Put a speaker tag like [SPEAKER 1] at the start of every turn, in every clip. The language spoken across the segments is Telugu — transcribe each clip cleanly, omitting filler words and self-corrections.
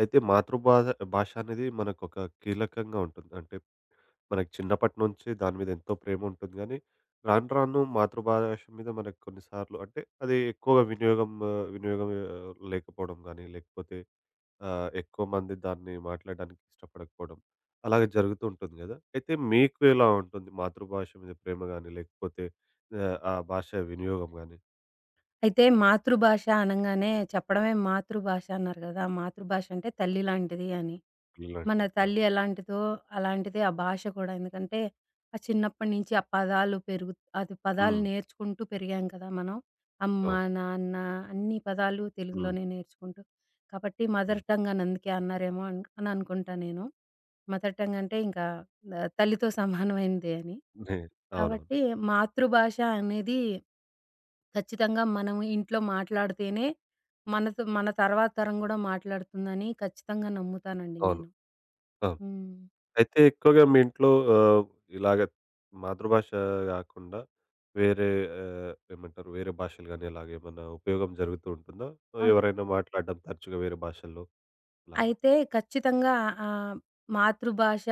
[SPEAKER 1] అయితే మాతృభాష, భాష అనేది మనకొక కీలకంగా ఉంటుంది. అంటే మనకి చిన్నప్పటి నుంచి దాని మీద ఎంతో ప్రేమ ఉంటుంది గానీ, రాను రాను మాతృభాష మీద మనకు కొన్నిసార్లు అంటే అది ఎక్కువగా వినియోగం లేకపోవడం గానీ, లేకపోతే ఎక్కువ మంది దాన్ని మాట్లాడడానికి ఇష్టపడకపోవడం అలాగే జరుగుతూ ఉంటుంది గదా! అయితే మీకు ఎలా ఉంటుంది మాతృభాష మీద ప్రేమ గానీ, లేకపోతే ఆ భాష వినియోగం గానీ?
[SPEAKER 2] అయితే మాతృభాష అనంగానే చెప్పడమే మాతృభాష అన్నారు గదా! మాతృభాష అంటే తల్లి లాంటిది అని. మన
[SPEAKER 1] ఇలాంటిది? అవును.
[SPEAKER 2] తల్లి ఎలాంటిదో అలాంటిదే ఆ భాష కూడా. ఎందుకంటే ఆ చిన్నప్పటి నుంచి ఆ పదాలు పెరుగు అది పదాలు
[SPEAKER 1] హ్మ్.
[SPEAKER 2] నేర్చుకుంటూ పెరిగాం కదా మనం. అమ్మ,
[SPEAKER 1] అవును.
[SPEAKER 2] నాన్న అన్ని పదాలు
[SPEAKER 1] హ్మ్.
[SPEAKER 2] తెలుగులోనే నేర్చుకుంటూ. కాబట్టి మదర్
[SPEAKER 1] హ్మ్.
[SPEAKER 2] టంగ్ అని అందుకే అన్నారేమో అని అనుకుంటా నేను. మదర్ టంగ్ అంటే ఇంకా తల్లితో సమానమైనదే అని.
[SPEAKER 1] నే అవునవును.
[SPEAKER 2] కాబట్టి మాతృభాష అనేది ఖచ్చితంగా మనం ఇంట్లో మాట్లాడితేనే మనతో మన తర్వాత తరం గూడా మాట్లాడుతుందని ఖచ్చితంగా నమ్ముతానండి
[SPEAKER 1] అవును.
[SPEAKER 2] నేను.
[SPEAKER 1] అవును.
[SPEAKER 2] హ్మ్.
[SPEAKER 1] అయితే ఎక్కువగా మీ ఇంట్లో ఆహ్, ఇలాగ మాతృభాష గాకుండా వేరే ఏమంటారు, వేరే భాషలు గాని అలాగేమన్నా ఉపయోగం జరుగుతూ ఉంటుందా?
[SPEAKER 2] ఆ!
[SPEAKER 1] ఎవరైనా మాట్లాడడం తరచుగా వేరే భాషల్లో అలాగే?
[SPEAKER 2] అయితే ఖచ్చితంగా ఆహ్, మాతృభాష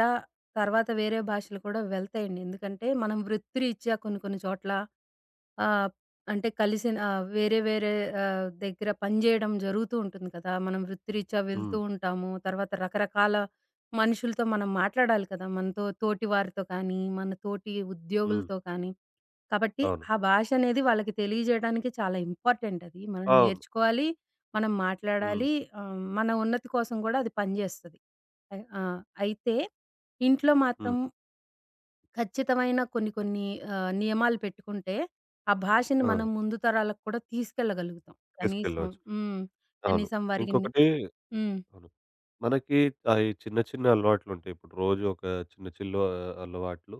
[SPEAKER 2] తర్వాత వేరే భాషలు కూడా వెళ్తాయండి. ఎందుకంటే మనం వృత్తిరీత్యా కొన్ని కొన్ని చోట్ల ఆహ్, అంటే కలిసిన వేరే వేరే దగ్గర పనిజేయడం జరుగుతూ ఉంటుంది కదా! మనం వృత్తిరీత్యా వెళ్తూ
[SPEAKER 1] హ్మ్.
[SPEAKER 2] ఉంటాము. తర్వాత రకరకాల మనుషులతో మనం మాట్లాడాలి కదా! మనతో తోటి వారితో కానీ, మన తోటి
[SPEAKER 1] హ్మ్.
[SPEAKER 2] ఉద్యోగులతో కానీ. కాబట్టి
[SPEAKER 1] అవును.
[SPEAKER 2] ఆ భాష అనేది వాళ్ళకి తెలియజేయడానికి చాలా ఇంపార్టెంట్ అది. మనం
[SPEAKER 1] అవును.
[SPEAKER 2] నేర్చుకోవాలి, మనం
[SPEAKER 1] హ్మ్.
[SPEAKER 2] మాట్లాడాలి. మన ఉన్నతి కోసం గూడా అది పనిజేస్తది. ఆ! అయితే ఇంట్లో మాత్రం
[SPEAKER 1] హ్మ్.
[SPEAKER 2] ఖచ్చితమైన కొన్ని కొన్ని నియమాలు పెట్టుకుంటే, ఆ భాషని
[SPEAKER 1] ఆ!
[SPEAKER 2] మనం ముందు తరాలకు కూడా తీసుకెళ్ళగలుగుతాం. కనీసం
[SPEAKER 1] తీసుకెళ్ళవచ్చు.
[SPEAKER 2] హ్మ్.
[SPEAKER 1] అవును.
[SPEAKER 2] కనీసం వారికి నే
[SPEAKER 1] ఇంకొకటి,
[SPEAKER 2] హ్మ్.
[SPEAKER 1] అవును. మనకి చిన్న చిన్న అలవాట్లుంటాయి. ఇప్పుడు రోజు ఒక అలవాట్లు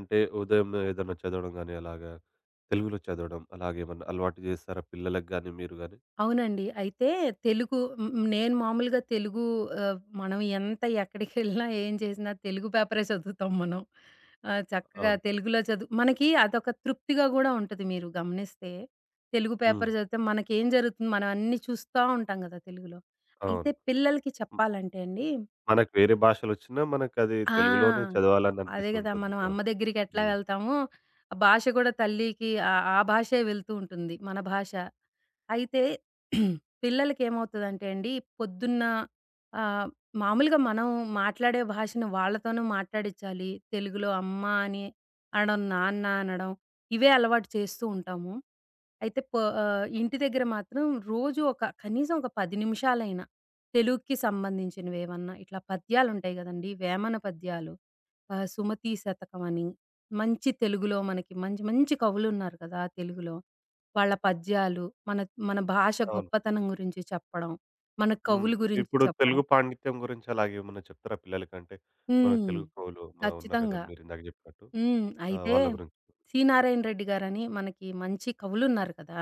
[SPEAKER 1] అంటే ఉదయం ఏదైనా చదవడం గానీ అలాగా తెలుగులో చదవడం అలాగేమన్నా అలవాటు చేస్తారా పిల్లలకి గానీ, మీరు గానీ?
[SPEAKER 2] అవునండి. అయితే తెలుగు హ్మ్, హ్మ్. నేను మామూలుగా తెలుగు మనం ఎంత ఎక్కడికెళ్ళినా, ఏం చేసినా తెలుగు పేపరే చదువుతాం మనం. చక్కగా
[SPEAKER 1] అవును.
[SPEAKER 2] తెలుగులో చదువు మనకి అదొక తృప్తిగా గూడా ఉంటది మీరు గమనిస్తే. తెలుగు
[SPEAKER 1] హ్మ్.
[SPEAKER 2] పేపర్ చదివితే మనకేం జరుగుతుంది, మనం అన్నీ చూస్తా ఉంటాం గదా తెలుగులో. అయితే
[SPEAKER 1] అవును.
[SPEAKER 2] పిల్లలకి
[SPEAKER 1] హ్మ్.
[SPEAKER 2] చెప్పాలంటే అండి.
[SPEAKER 1] మనకు వేరే భాషలొచ్చినా మనకది తెలుగులోనే
[SPEAKER 2] ఆ! అదే గదా!
[SPEAKER 1] చదవాలననిపిస్తుంటుంది.
[SPEAKER 2] మనం అమ్మ
[SPEAKER 1] అవును.
[SPEAKER 2] దగ్గరికెట్లా
[SPEAKER 1] హ్మ్.
[SPEAKER 2] వెళ్తామో, ఆ భాష గూడా తల్లికి ఆ భాషే వెళ్తూ ఉంటుంది. మన భాష. అయితే పిల్లలకేమవుతదంటే అండి, పొద్దున్న ఆహ్, మామూలుగా మనం మాట్లాడే భాషను వాళ్ళతోనూ మాట్లాడిచ్చాలి. తెలుగులో అమ్మ అని అనడం, నాన్న అనడం, ఇవే అలవాటు చేస్తూ ఉంటాము. అయితే ఇంటి దగ్గర మాత్రం రోజు ఒక కనీసం ఒక 10 నిమిషాలైనా తెలుగుకి సంబంధించినవేమన్నా ఇట్లా పద్యాలుంటాయి గదండీ! వేమన పద్యాలు. సుమతీ శతకం అని మంచి తెలుగులో మనకి మంచి మంచి కవులున్నారు కదా! తెలుగులో. వాళ్ళ పద్యాలు మన మన భాష
[SPEAKER 1] అవును.
[SPEAKER 2] గొప్పతనం గురించి చెప్పడం. మన
[SPEAKER 1] హ్మ్.
[SPEAKER 2] కవులు గురించి
[SPEAKER 1] ఇప్పుడు
[SPEAKER 2] చెప్పడం.
[SPEAKER 1] తెలుగు పాండిత్యం గురించి అలాగేమన్నా చెప్తారా పిల్లలకంటే మన
[SPEAKER 2] హ్మ్.
[SPEAKER 1] తెలుగు కవులు ఉన్నారు గదా!
[SPEAKER 2] ఖచ్చితంగా.
[SPEAKER 1] మీరిందాక జెప్పినట్టు.
[SPEAKER 2] హ్మ్.
[SPEAKER 1] ఆ!
[SPEAKER 2] అయితే
[SPEAKER 1] వాళ్ళ గురించి.
[SPEAKER 2] సి. నారాయణ రెడ్డి గారని మనకి మంచి కవులున్నారు కదా!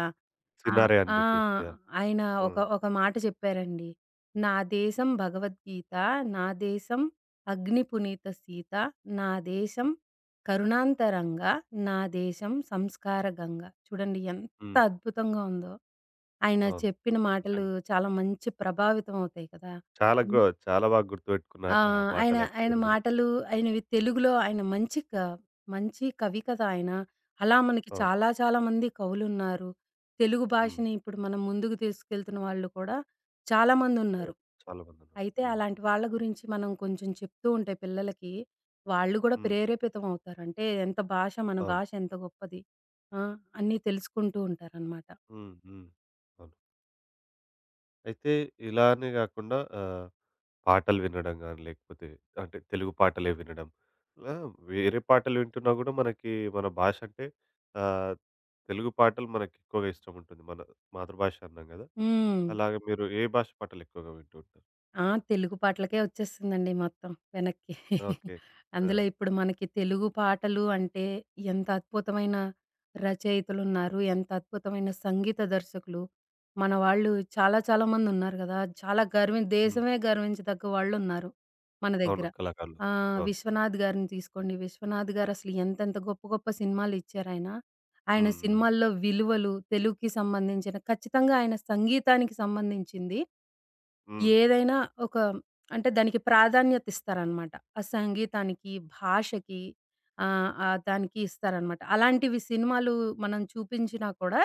[SPEAKER 2] ఆ!
[SPEAKER 1] సినారె అని
[SPEAKER 2] ఆ!
[SPEAKER 1] జెప్పేసి. యాహ్!
[SPEAKER 2] ఆయన ఒక
[SPEAKER 1] హ్మ్.
[SPEAKER 2] ఒక మాట చెప్పారండి. "నా దేశం భగవద్గీత, నా దేశం అగ్ని పునీత సీత, నా దేశం కరుణాంతరంగ, నా దేశం సంస్కార గంగ." చూడండి ఎంత
[SPEAKER 1] హ్మ్.
[SPEAKER 2] అద్భుతంగా ఉందో! ఆయన
[SPEAKER 1] అవును.
[SPEAKER 2] చెప్పిన మాటలు
[SPEAKER 1] నిజంగా.
[SPEAKER 2] చాలా మంచి ప్రభావితం అవుతాయి కదా!
[SPEAKER 1] చాలా బాగా
[SPEAKER 2] ఆ!
[SPEAKER 1] గుర్తుపెట్టుకున్నారు ఆ మాటలంటే
[SPEAKER 2] ఆయన
[SPEAKER 1] మీరు గూడా.
[SPEAKER 2] మాటలు ఆయనవి తెలుగులో ఆయన మంచి కవి కదా ఆయన. అలా మనకి
[SPEAKER 1] అవును.
[SPEAKER 2] చాలా చాలా మంది కవులున్నారు. తెలుగు
[SPEAKER 1] హ్మ్.
[SPEAKER 2] భాషని ఇప్పుడు మనం ముందుకు తీసుకెళ్తున్న వాళ్ళు కూడా చాలా మందున్నారు.
[SPEAKER 1] అవును. చాలా మందున్నారు.
[SPEAKER 2] అయితే
[SPEAKER 1] హ్మ్.
[SPEAKER 2] అలాంటి వాళ్ళ గురించి మనం కొంచెం చెప్తూ ఉంటే పిల్లలకి, వాళ్ళు కూడా
[SPEAKER 1] హ్మ్.
[SPEAKER 2] ప్రేరేపితం అవుతారు. అంటే ఎంత భాష మన
[SPEAKER 1] అవును.
[SPEAKER 2] భాష ఎంత గొప్పది. ఆ! అన్నీ తెలుసుకుంటూ ఉంటారనమాట.
[SPEAKER 1] హ్మ్. హ్మ్. అవును. అయితే ఇలా అనే గాకుండా పాటలు వినడం గాని, లేకపోతే అంటే తెలుగు పాటలే వినడం. ఇలా వేరే పాటలు వింటున్నా గూడా మనకి మన భాష అంటే ఆహ్, తెలుగు పాటలు మనకెక్కువగా ఇష్టముంటుంది. మన మాతృభాష అన్నాం గదా!
[SPEAKER 2] హ్మ్.
[SPEAKER 1] అలాగే మీరు ఏ భాష పాటలెక్కువగా వింటూ ఉంటారు?
[SPEAKER 2] ఆ! తెలుగు పాటలకే వచ్చేసిందండి మొత్తం వెనక్కి.
[SPEAKER 1] ఓకే. ఆ!
[SPEAKER 2] అందులో ఇప్పుడు మనకి తెలుగు పాటలు అంటే ఎంత అద్భుతమైన రచయితలున్నారు. ఎంత అద్భుతమైన సంగీత దర్శకులు. మన వాళ్ళు చాలా చాలా మందున్నారు గదా! చాలా గర్వి
[SPEAKER 1] హ్మ్.
[SPEAKER 2] దేశమే గర్వించదగ్గ వాళ్ళున్నారు మన
[SPEAKER 1] అవును.
[SPEAKER 2] దగ్గర.
[SPEAKER 1] కళాకారులు. అవును.
[SPEAKER 2] 'విశ్వనాథ్' గారిని తీసుకోండి. 'విశ్వనాథ్' గారు అసలు ఎంతెంత గొప్ప గొప్ప సినిమాలు ఇచ్చారాయన. ఆయన
[SPEAKER 1] హ్మ్. హ్మ్.
[SPEAKER 2] సినిమాల్లో విలువలు, తెలుగుకి సంబంధించిన ఖచ్చితంగా ఆయన సంగీతానికి సంబంధించింది
[SPEAKER 1] హ్మ్.
[SPEAKER 2] ఏదైనా ఒక అంటే దానికి ప్రాధాన్యత ఇస్తారనమాట. ఆ సంగీతానికి, భాషకి ఆహ్, ఆహ్, దానికి ఇస్తారనమాట. అలాంటివి సినిమాలు మనం చూపించినా కూడా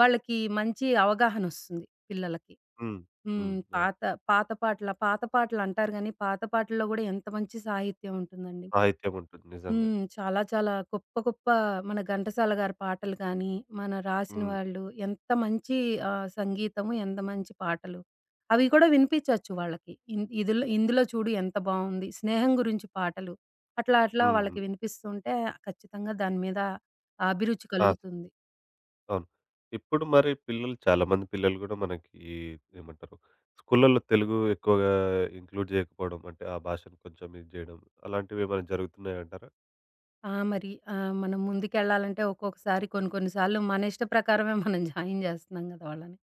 [SPEAKER 2] వాళ్ళకి మంచి అవగాహనొస్తుంది పిల్లలకి.
[SPEAKER 1] హ్మ్.
[SPEAKER 2] హ్మ్.
[SPEAKER 1] హ్మ్. అవును.
[SPEAKER 2] పాత పాత పాటల పాత పాటలంటారు గానీ, పాత పాటల్లో గూడా ఎంత మంచి సాహిత్యం ఉంటుందండి.
[SPEAKER 1] సాహిత్యం ఉంటుంది నిజంగా.
[SPEAKER 2] హ్మ్. చాలా చాలా గొప్ప గొప్ప మన ఘంటసాల గారి పాటలు గానీ, మన రాసిన
[SPEAKER 1] హ్మ్.
[SPEAKER 2] వాళ్ళు ఎంత మంచి సంగీతము, ఎంత మంచి పాటలు. అవి కూడా వినిపించొచ్చు వాళ్ళకి. ఇన్ ఇదులో ఇందులో చూడు ఎంత బావుంది. స్నేహం గురించి పాటలు. అట్లా అట్లా
[SPEAKER 1] హ్మ్.
[SPEAKER 2] వాళ్ళకి
[SPEAKER 1] హ్మ్.
[SPEAKER 2] వినిపిస్తుంటే ఖచ్చితంగా దాని మీద అభిరుచి
[SPEAKER 1] ఆ!
[SPEAKER 2] కలుగుతుంది.
[SPEAKER 1] అవును. ఇప్పుడు మరి పిల్లలు చాలామంది పిల్లలు గూడా మనకి ఏమంటారు, స్కూళ్ళలో తెలుగు ఎక్కువగా ఇంక్లూడ్ చేయకపోవడం, అంటే ఆ భాషను కొంచెం ఇది జేయడం అలాంటివేమైనా జరుగుతున్నాయంటారా?
[SPEAKER 2] ఆ! మరి మనం ముందుకెళ్ళాలంటే ఒక్కొక్కసారి కొన్ని కొన్ని సార్లు మన ఇష్ట ప్రకారమే మనం జాయిన్ జేస్తున్నాం గదా! వాళ్ళని.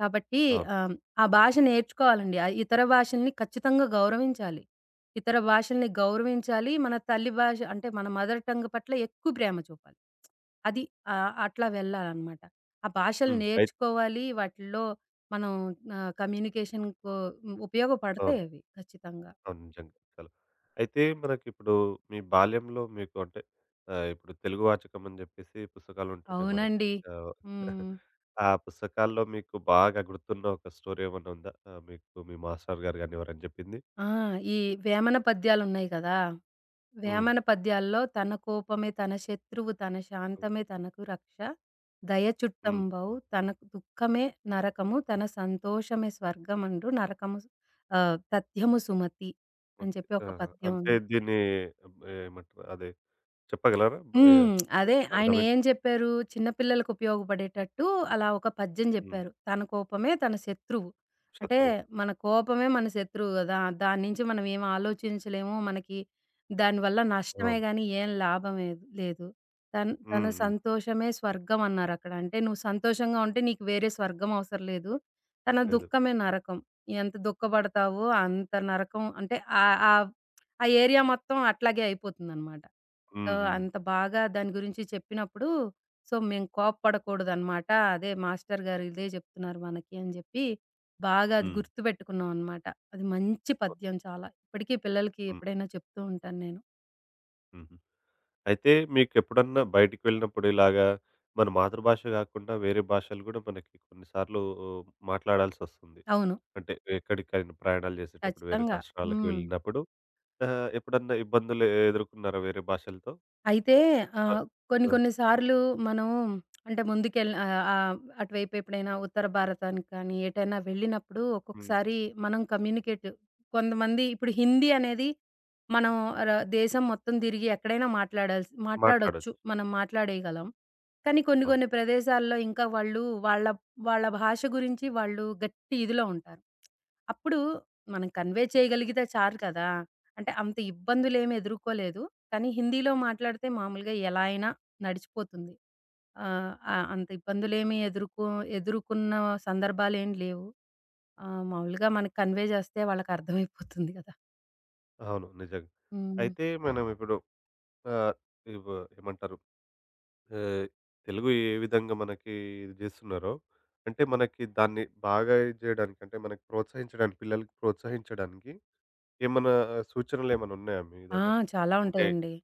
[SPEAKER 2] కాబట్టి
[SPEAKER 1] అవును.
[SPEAKER 2] ఆహ్, ఆ భాష నేర్చుకోవాలండి. ఇతర భాషల్ని ఖచ్చితంగా గౌరవించాలి. ఇతర భాషల్ని గౌరవించాలి. మన తల్లి భాష అంటే మన మదర్ టంగ్ పట్ల ఎక్కువ ప్రేమ చూపాలి. అది అట్లా వెళ్ళాలనమాట. ఆ భాషలు
[SPEAKER 1] హ్మ్.
[SPEAKER 2] నేర్చుకోవాలి. వాటిల్లో మనం కమ్యూనికేషన్‌కు
[SPEAKER 1] అవును.
[SPEAKER 2] ఉపయోగపడతాయవి ఖచ్చితంగా.
[SPEAKER 1] అవును. నిజంగా. చాలా. అయితే మనకిప్పుడు మీ బాల్యంలో మీకు అంటే ఇప్పుడు తెలుగు వాచకం అని చెప్పేసి పుస్తకాలుంటుండే మనకి.
[SPEAKER 2] అవునండి.
[SPEAKER 1] ఆహ్,
[SPEAKER 2] హ్మ్.
[SPEAKER 1] ఆ పుస్తకాల్లో మీకు బాగా గుర్తున్న ఒక స్టోరీ ఏమన్నా ఉందా? మీకు మీ మాస్టర్ గారు గాని ఎవరైనా చెప్పింది?
[SPEAKER 2] ఆ! ఈ వేమన పద్యాలున్నాయి కదా!
[SPEAKER 1] హ్మ్.
[SPEAKER 2] వేమన పద్యాల్లో తన కోపమే తన శత్రువు తన శాంతమే తనకు రక్ష. దయ
[SPEAKER 1] హ్మ్.
[SPEAKER 2] చుట్టంబవు తనకు దుఃఖమే నరకము తన సంతోషమే స్వర్గమండు నరకము తథ్యము సుమతి అని
[SPEAKER 1] ఓకే.
[SPEAKER 2] చెప్పి ఒక
[SPEAKER 1] ఆహా!
[SPEAKER 2] పద్యం
[SPEAKER 1] అంటే
[SPEAKER 2] ఉంది.
[SPEAKER 1] దీన్ని ఆహ్, ఏమంటారు, అదే చెప్పగలరా? బ- ఏ
[SPEAKER 2] హ్మ్. అదే ఆయన ఏం
[SPEAKER 1] అర్థమేంటో?
[SPEAKER 2] జెప్పారు? చిన్న పిల్లలకు ఉపయోగపడేటట్టు అలా ఒక పద్యం
[SPEAKER 1] హ్మ్.
[SPEAKER 2] జెప్పారు. తన కోపమే తన శత్రువు. అంటే
[SPEAKER 1] శత్రువు.
[SPEAKER 2] మన కోపమే మన శత్రువు గదా! దాని నుంచి మనం ఏం ఆలోచించలేము. మనకి దానివల్ల నష్టమే
[SPEAKER 1] అవును.
[SPEAKER 2] గానీ ఏం లాభమే లేదు. తన
[SPEAKER 1] హ్మ్. హ్మ్.
[SPEAKER 2] సంతోషమే స్వర్గం అన్నారక్కడ. అంటే నువ్వు సంతోషంగా ఉంటే నీకు వేరే స్వర్గం అవసరం లేదు. తన
[SPEAKER 1] లేదు.
[SPEAKER 2] దుఃఖమే నరకం. ఎంత దుఃఖపడతావో అంత నరకం అంటే ఆహ్, ఆ ఆ ఏరియా మొత్తం అట్లాగే అయిపోతుందనమాట. సో,
[SPEAKER 1] హ్మ్. హ్మ్.
[SPEAKER 2] అంత బాగా దాని గురించి చెప్పినప్పుడు, సో, మేము కోప్పడకూడదనమాట. అదే మాస్టర్ గారు ఇదే జెప్తున్నారు మనకి అని జెప్పి, బాగా అది
[SPEAKER 1] హ్మ్.
[SPEAKER 2] గుర్తుపెట్టుకున్నాం అనమాట. అది మంచి
[SPEAKER 1] ఓకే.
[SPEAKER 2] పద్యం చాలా. ఇప్పటికీ పిల్లలకి
[SPEAKER 1] హ్మ్.
[SPEAKER 2] ఎప్పుడైనా చెప్తూ ఉంటాను నేను.
[SPEAKER 1] హ్మ్. అయితే మీకెప్పుడన్నా బయటికి వెళ్ళినప్పుడు ఇలాగా మన మాతృభాష గాకుండా వేరే భాషలు గూడా మనకి కొన్నిసార్లు మాట్లాడాల్సొస్తుంది.
[SPEAKER 2] అవును.
[SPEAKER 1] అంటే ఎక్కడికైనా ప్రయాణాలు జేసేటప్పుడు వేరే
[SPEAKER 2] ఖచ్చితంగా.
[SPEAKER 1] రాష్ట్రాలకు
[SPEAKER 2] హ్మ్.
[SPEAKER 1] వెళ్ళినప్పుడు ఎప్పుడన్నా ఇబ్బందులు ఎదుర్కొన్నారా వేరే భాషలతో?
[SPEAKER 2] అయితే
[SPEAKER 1] ఆ!
[SPEAKER 2] ఆహ్, కొన్ని
[SPEAKER 1] ఆ!
[SPEAKER 2] కొన్ని సార్లు మనం అంటే ముందుకెళ్ ఆహ్, ఆహ్, అటువైపు ఎప్పుడైనా ఉత్తర భారతానికి కానీ, ఎటైనా వెళ్ళినప్పుడు
[SPEAKER 1] హ్మ్.
[SPEAKER 2] ఒక్కొక్కసారి మనం కమ్యూనికేట్ కొంతమంది ఇప్పుడు హిందీ అనేది మనం ర దేశం మొత్తం తిరిగి ఎక్కడైనా మాట్లాడాల్సి మాట్లాడొచ్చు.
[SPEAKER 1] మాట్లాడొచ్చు.
[SPEAKER 2] మనం మాట్లాడేయగలం. కానీ కొన్ని
[SPEAKER 1] అవును.
[SPEAKER 2] కొన్ని ప్రదేశాల్లో ఇంకా వాళ్ళ భాష గురించి వాళ్ళు గట్టి ఇదిలో ఉంటారు. అప్పుడు మనం కన్వే చేయగలిగితే చాలు కదా! అంటే అంత ఇబ్బందులేమి ఎదుర్కోలేదు. కానీ హిందీలో మాట్లాడితే మామూలుగా ఎలా అయినా నడిచిపోతుంది. ఆహ్, ఆహ్, అంత ఇబ్బందులేమి ఎదుర్కో ఎదుర్కొన్న సందర్భాలేం లేవు. మామూలుగా మనకు కన్వే చేస్తే వాళ్ళకర్థమైపోతుంది కదా!
[SPEAKER 1] అవును. నిజంగా.
[SPEAKER 2] హ్మ్.
[SPEAKER 1] అయితే మనం ఇప్పుడు ఆహ్, ఇవ్ ఏమంటారు, ఆహ్, తెలుగు ఏ విధంగా మనకి ఇది జేస్తున్నారో అంటే మనకి దాన్ని బాగా ఇది జేయడానికి అంటే మనకి ప్రోత్సహించడానికి పిల్లలకి ప్రోత్సహించడానికి ఏమన్నా సూచనలేమన్నున్నాయా మీ
[SPEAKER 2] ఆ!
[SPEAKER 1] దగ్గర?
[SPEAKER 2] చాలా
[SPEAKER 1] అంటే
[SPEAKER 2] ఉంటాయండి.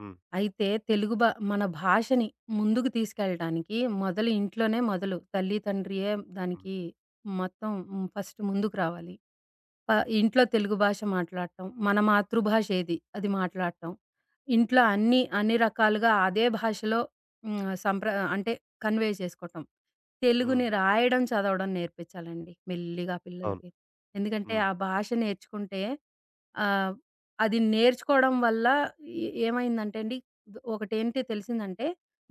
[SPEAKER 1] హ్మ్.
[SPEAKER 2] అయితే తెలుగు భా మన భాషని ముందుకు తీసుకెళ్ళటానికి మొదలు ఇంట్లోనే మొదలు. తల్లి, తండ్రియే
[SPEAKER 1] హ్మ్.
[SPEAKER 2] దానికి మొత్తం హ్మ్. ఫస్ట్ ముందుకు రావాలి. ప ఇంట్లో తెలుగు భాష మాట్లాడటం, మన మాతృభాష ఏది అది మాట్లాడటం. ఇంట్లో అన్ని రకాలుగా అదే భాషలో హ్మ్. అంటే కన్వే చేసుకోవటం.
[SPEAKER 1] హ్మ్.
[SPEAKER 2] తెలుగుని రాయడం, చదవడం నేర్పించాలండి మెల్లిగా
[SPEAKER 1] అవును.
[SPEAKER 2] పిల్లలకి. ఎందుకంటే
[SPEAKER 1] హ్మ్.
[SPEAKER 2] ఆ భాష నేర్చుకుంటే ఆహ్, అది నేర్చుకోవడం వల్ల ఏమైందంటే అండి, ఒకటేంటి తెలిసిందంటే,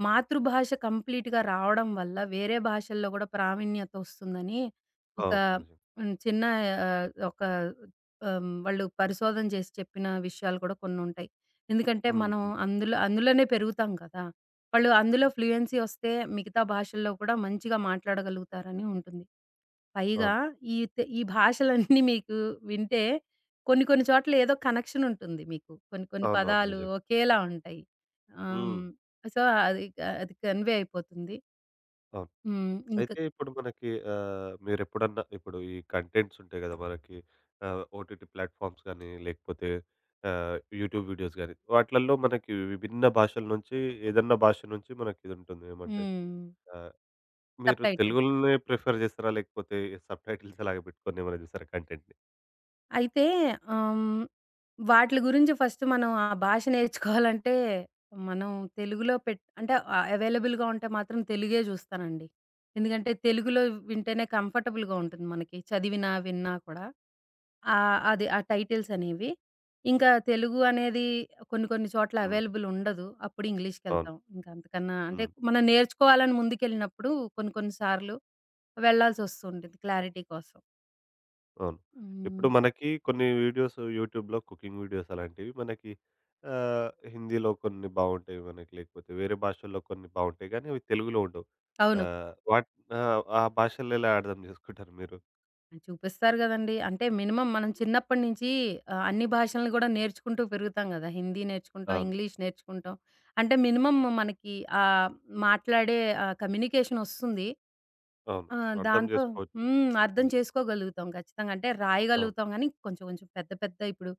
[SPEAKER 2] మాతృభాష కంప్లీట్‌గా రావడం వల్ల వేరే భాషల్లో గూడా ప్రావీణ్యత వస్తుందని ఒక
[SPEAKER 1] అవును. నిజం.
[SPEAKER 2] హ్మ్. చిన్న ఒక వాళ్ళు పరిశోధన చేసి చెప్పిన విషయాలు కూడా కొన్నుంటాయి. ఎందుకంటే,
[SPEAKER 1] హ్మ్.
[SPEAKER 2] మనం
[SPEAKER 1] హ్మ్.
[SPEAKER 2] అందులోనే పెరుగుతాం కదా! వాళ్ళు అందులో ఫ్లూయెన్సీ వస్తే మిగతా భాషల్లో కూడా మంచిగా మాట్లాడగలుగుతారని ఉంటుంది. పైగా
[SPEAKER 1] అవును.
[SPEAKER 2] ఈ భాషలన్నీ మీకు వింటే కొన్ని కొన్ని చోట్ల ఏదో కనెక్షన్ ఉంటుంది మీకు. కొన్ని కొన్ని
[SPEAKER 1] అవునవును.
[SPEAKER 2] పదాలు
[SPEAKER 1] నిజంగా.
[SPEAKER 2] ఒకేలా ఉంటాయి. ఆహ్,
[SPEAKER 1] హ్మ్.
[SPEAKER 2] సో, అది కన్వే అయిపోతుంది.
[SPEAKER 1] అవును.
[SPEAKER 2] హ్మ్. ఇంకా
[SPEAKER 1] అయితే ఇప్పుడు మనకి మీరెప్పుడన్నా ఇప్పుడు ఈ కంటెంట్స్ ఉంటాయి గదా! మనకి ఓటీటీ ప్లాట్‌ఫామ్స్ గానీ, లేకపోతే యూట్యూబ్ వీడియోస్ గానీ, వాటిలల్లో మనకి విభిన్న భాషల నుంచి ఏదన్నా భాష నుంచి మనకిదుంటుంది. ఏమంటే
[SPEAKER 2] హ్మ్.
[SPEAKER 1] ఆహ్, మీరు
[SPEAKER 2] సబ్‌టైటిల్.
[SPEAKER 1] తెలుగులోనే ప్రిఫర్ జేస్తారా? లేకపోతే సబ్‌టైటిల్స్ అలాగే పెట్టుకొని ఏమైనా జూస్తారా కంటెంట్‌ని?
[SPEAKER 2] అయితే ఆహ్, వాట్లి గురించి ఫస్ట్ మనం ఆ భాష నేర్చుకోవాలంటే మనం తెలుగులో పెట్ అంటే అవైలబుల్‌గా ఉంటే మాత్రం తెలుగే చూస్తానండి. ఎందుకంటే తెలుగులో వింటేనే కంఫర్టబుల్‌గా ఉంటుంది మనకి చదివినా, విన్నా కూడా. అది ఆ టైటిల్స్ అనేవి. ఇంకా తెలుగు అనేది కొన్ని కొన్ని చోట్ల
[SPEAKER 1] హ్మ్.
[SPEAKER 2] అవైలబుల్ ఉండదు. అప్పుడు
[SPEAKER 1] అవును.
[SPEAKER 2] ఇంగ్లీష్‌కెళ్తాం. ఇంకా అంతకన్నా అంటే
[SPEAKER 1] హ్మ్.
[SPEAKER 2] మనం నేర్చుకోవాలని ముందుకెళ్ళినప్పుడు కొన్ని కొన్ని సార్లు వెళ్ళాల్సొస్తూ ఉంటుంది క్లారిటీ కోసం.
[SPEAKER 1] అవును.
[SPEAKER 2] హ్మ్.
[SPEAKER 1] ఇప్పుడు మనకి కొన్ని వీడియోస్ యూట్యూబ్‌లో కుకింగ్ వీడియోస్ అలాంటివి మనకి హిందీలో కొన్ని బావుంటాయి మనకి. లేకపోతే వేరే భాషల్లో కొన్ని బావుంటాయి గానీ, అవి తెలుగులో ఉండవు.
[SPEAKER 2] అవును.
[SPEAKER 1] ఆహ్, వాట్ ఆ! ఆ భాషల్లో ఎలా అర్థం జేసుకుంటారు మీరు?
[SPEAKER 2] చూపిస్తారు గదండీ. అంటే మినిమమ్ మనం చిన్నప్పటి నుంచి అన్ని భాషలను గూడా నేర్చుకుంటూ పెరుగుతాం గదా! హిందీ నేర్చుకుంటాం,
[SPEAKER 1] అవును.
[SPEAKER 2] ఇంగ్లీష్ నేర్చుకుంటాం. అంటే మినిమమ్ మనకి ఆహ్, మాట్లాడే కమ్యూనికేషన్ ఒస్తుంది.
[SPEAKER 1] అవును.
[SPEAKER 2] ఆ!
[SPEAKER 1] అర్థం
[SPEAKER 2] దాంతో
[SPEAKER 1] జేసుకోవచ్చు.
[SPEAKER 2] హ్మ్. అర్థం
[SPEAKER 1] హ్మ్.
[SPEAKER 2] చేసుకోగలుగుతాం ఖచ్చితంగా. అంటే
[SPEAKER 1] అవును.
[SPEAKER 2] రాయగలుగుతాం గానీ, కొంచెం కొంచెం పెద్ద పెద్ద ఇప్పుడు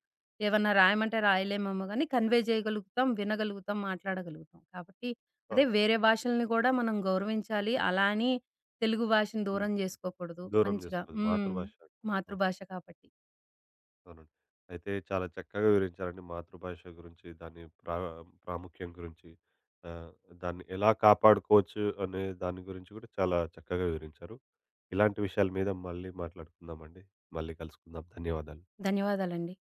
[SPEAKER 2] ఏవన్నా రాయమంటే రాయలేమేమో గానీ, కన్వే చేయగలుగుతాం, వినగలుగుతాం, మాట్లాడగలుగుతాం. కాబట్టి అదే
[SPEAKER 1] అవును.
[SPEAKER 2] వేరే భాషల్ని గూడా మనం గౌరవించాలి. అలా అని తెలుగు భాషను
[SPEAKER 1] హ్మ్.
[SPEAKER 2] దూరం జేసుకోకూడదు
[SPEAKER 1] దూరం
[SPEAKER 2] మంచిగా.
[SPEAKER 1] జేసుకోదు.
[SPEAKER 2] హ్మ్.
[SPEAKER 1] మాతృభాష అంటాం. అవును.
[SPEAKER 2] మాతృభాష కాబట్టి.
[SPEAKER 1] అవునండి. అయితే చాలా చక్కగా వివరించారండి మాతృభాష గురించి, దాని ప్రాముఖ్యం గురించి, ఆహ్, దాన్ని ఎలా కాపాడుకోవచ్చు అనే దాని గురించి కూడా చాలా చక్కగా వివరించారు. ఇలాంటి విషయాల మీద మళ్ళీ మాట్లాడుకుందామండి. మళ్ళీ కలుసుకుందాం. ధన్యవాదాలు.
[SPEAKER 2] ధన్యవాదాలండి.